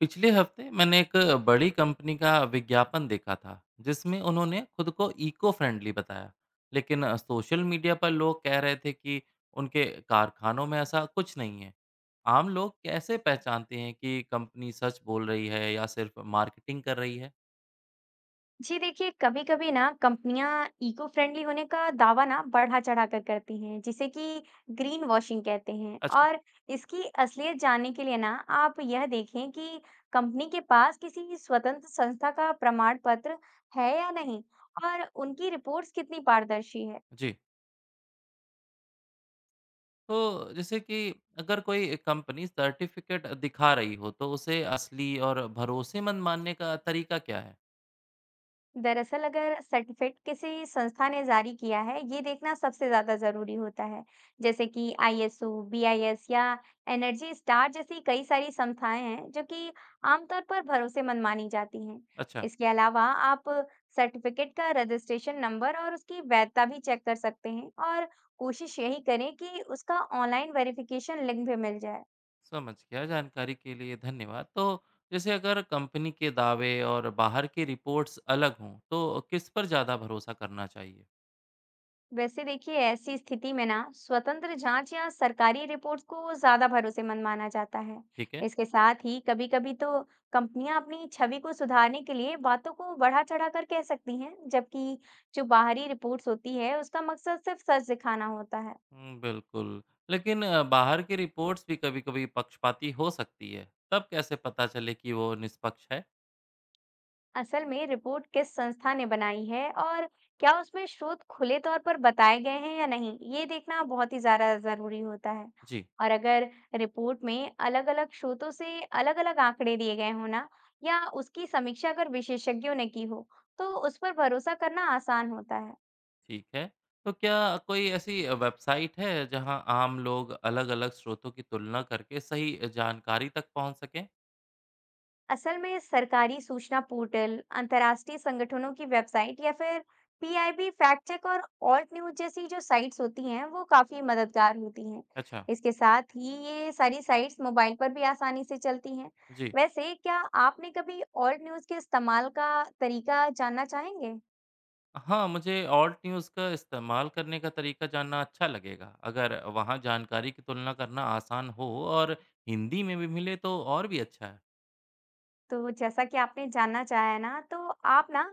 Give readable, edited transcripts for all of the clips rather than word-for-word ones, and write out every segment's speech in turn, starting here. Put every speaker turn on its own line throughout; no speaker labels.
पिछले हफ्ते मैंने एक बड़ी कंपनी का विज्ञापन देखा था जिसमें उन्होंने खुद को इको फ्रेंडली बताया। लेकिन सोशल मीडिया पर लोग कह रहे थे कि उनके कारखानों में ऐसा कुछ नहीं है। आम लोग कैसे पहचानते हैं कि कंपनी सच बोल रही है या सिर्फ मार्केटिंग कर रही है?
जी देखिए, कभी कभी ना कंपनियां इको फ्रेंडली होने का दावा ना बढ़ा चढ़ा कर करती हैं, जिसे कि ग्रीन वॉशिंग कहते हैं।
अच्छा।
और इसकी असलियत जानने के लिए ना आप यह देखें कि कंपनी के पास किसी स्वतंत्र संस्था का प्रमाण पत्र है या नहीं, और उनकी रिपोर्ट्स कितनी पारदर्शी है।
जी, तो जैसे कि अगर कोई कंपनी सर्टिफिकेट दिखा रही हो तो उसे असली और भरोसेमंद मानने का तरीका क्या है?
दरअसल अगर सर्टिफिकेट किसी संस्था ने जारी किया है, ये देखना सबसे ज्यादा जरूरी होता है। जैसे कि आईएसओ, बीआईएस या एनर्जी स्टार जैसी कई सारी संस्थाएं हैं जो कि आमतौर पर भरोसेमंद मानी जाती हैं।
अच्छा,
इसके अलावा आप सर्टिफिकेट का रजिस्ट्रेशन नंबर और उसकी वैधता भी चेक कर सकते हैं, और कोशिश यही करें कि उसका ऑनलाइन वेरिफिकेशन लिंक भी मिल जाए।
समझ गया। जानकारी के लिए धन्यवाद। तो जैसे अगर कंपनी के दावे और बाहर की रिपोर्ट्स अलग हों तो किस पर ज़्यादा भरोसा करना चाहिए?
वैसे देखिए, ऐसी स्थिति में ना स्वतंत्र जांच या सरकारी रिपोर्ट को ज्यादा भरोसेमंद माना जाता है।
ठीक है।
इसके साथ ही कभी-कभी तो कंपनियां अपनी छवि को सुधारने के लिए बातों को बढ़ा चढ़ाकर कह सकती हैं, जबकि जो बाहरी रिपोर्ट्स होती है उसका मकसद सिर्फ सच दिखाना होता है।
बिल्कुल। लेकिन बाहर की रिपोर्ट्स भी कभी-कभी पक्षपाती हो सकती है, तब कैसे पता चले कि वो निष्पक्ष है?
असल में रिपोर्ट किस संस्था ने बनाई है और क्या उसमें स्रोत खुले तौर पर बताए गए हैं या नहीं, ये देखना बहुत ही ज़्यादा ज़रूरी होता है।
जी।
और अगर रिपोर्ट में अलग-अलग स्रोतों से अलग-अलग आंकड़े दिए गए हों ना, या उसकी समीक्षा अगर विशेषज्ञों ने की हो, तो उस पर भरोसा करना आसान होता है।
ठीक है, तो क्या कोई ऐसी वेबसाइट है जहां आम लोग अलग-अलग स्रोतों की तुलना करके सही जानकारी तक पहुंच सकें?
असल में सरकारी सूचना पोर्टल, अंतर्राष्ट्रीय संगठनों की वेबसाइट या फिर पीआईबी फैक्ट चेक और ऑल्ट न्यूज जैसी जो साइट्स होती हैं, वो काफी मददगार होती हैं।
अच्छा।
इसके साथ ही ये सारी साइट्स मोबाइल पर भी आसानी से चलती हैं।
जी
वैसे क्या आपने कभी ऑल्ट न्यूज के इस्तेमाल का तरीका जानना चाहेंगे?
हाँ, मुझे ऑल्ट न्यूज़ का इस्तेमाल करने का तरीका जानना अच्छा लगेगा। अगर वहाँ जानकारी की तुलना करना आसान हो और हिंदी में भी मिले तो और भी अच्छा है।
तो जैसा कि आपने जानना चाहा है ना, तो आप ना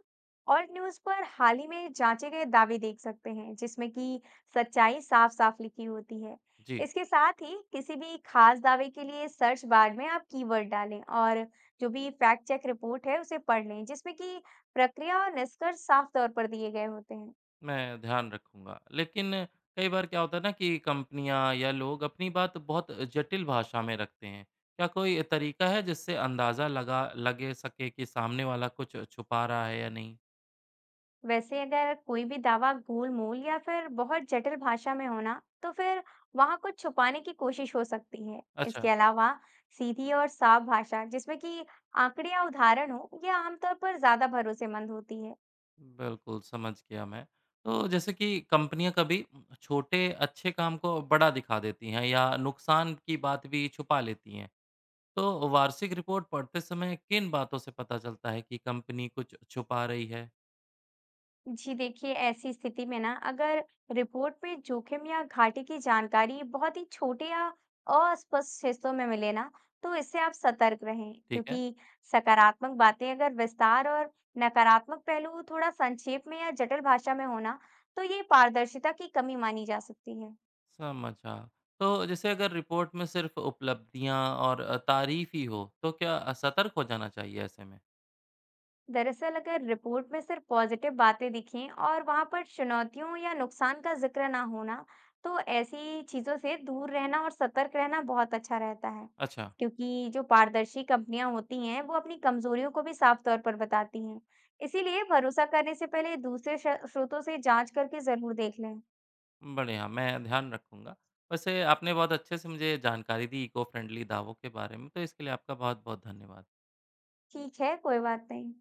ऑल्ट न्यूज़ पर हाल ही में जांचे गए दावे देख सकते हैं, जिसमें कि सच्चाई साफ-साफ लिखी होती है।
जी,
इसके साथ ही किसी भी खास दावे के लिए सर्च बार में आप कीवर्ड डालें और जो भी फैक्ट चेक रिपोर्ट है, उसे पढ़ लें, जिसमें कि प्रक्रिया और निष्कर्ष साफ तौर पर दिए गए होते हैं।
मैं ध्यान रखूँगा। लेकिन कई बार क्या होता है ना कि कंपनियाँ या लोग अपनी बात बहुत जटिल भाषा में रखते हैं। क्या कोई तरीका है जिससे अंदाज़ा लगा लगे सके कि सामने वाला कुछ छुपा रहा है या नहीं?
वैसे अगर कोई भी दावा गोलमोल या फिर बहुत जटिल भाषा में होना तो फिर वहां कुछ छुपाने की कोशिश हो सकती है।
अच्छा।
इसके अलावा सीधी और साफ भाषा जिसमें कि आंकड़े या उदाहरण हो, यह आमतौर पर ज्यादा भरोसेमंद होती है।
बिल्कुल, समझ गया मैं। तो जैसे कि कंपनियाँ कभी छोटे अच्छे काम को बड़ा दिखा देती हैं या नुकसान की बात भी छुपा लेती हैं। तो वार्षिक रिपोर्ट पढ़ते समय किन बातों से पता चलता है कि कंपनी कुछ छुपा रही है?
जी देखिए, ऐसी स्थिति में ना अगर रिपोर्ट में जोखिम या घाटे की जानकारी बहुत ही छोटे या अस्पष्ट हिस्सों में मिले ना, तो इससे आप सतर्क रहें,
ठीक है,
क्योंकि सकारात्मक बातें अगर विस्तार और नकारात्मक पहलू थोड़ा संक्षेप में या जटिल भाषा में होना, तो ये पारदर्शिता की कमी मानी जा सकती है।
समझा। तो जैसे अगर रिपोर्ट में सिर्फ़ उपलब्धियाँ और तारीफ़ ही हो, तो क्या सतर्क हो जाना चाहिए ऐसे में?
दरअसल अगर रिपोर्ट में सिर्फ पॉजिटिव बातें दिखें और वहां पर चुनौतियों या नुकसान का जिक्र ना होना, तो ऐसी चीजों से दूर रहना और सतर्क रहना बहुत अच्छा रहता है।
अच्छा।
क्योंकि जो पारदर्शी कंपनियां होती हैं, वो अपनी कमजोरियों को भी साफ तौर पर बताती हैं। इसीलिए भरोसा करने से पहले दूसरे स्रोतों से जांच करके जरूर देख लें।
बढ़िया, मैं ध्यान रखूँगा। वैसे आपने बहुत अच्छे से मुझे जानकारी दी इको फ्रेंडली दावों के बारे में, तो इसके लिए आपका बहुत-बहुत धन्यवाद।
ठीक है, कोई बात नहीं।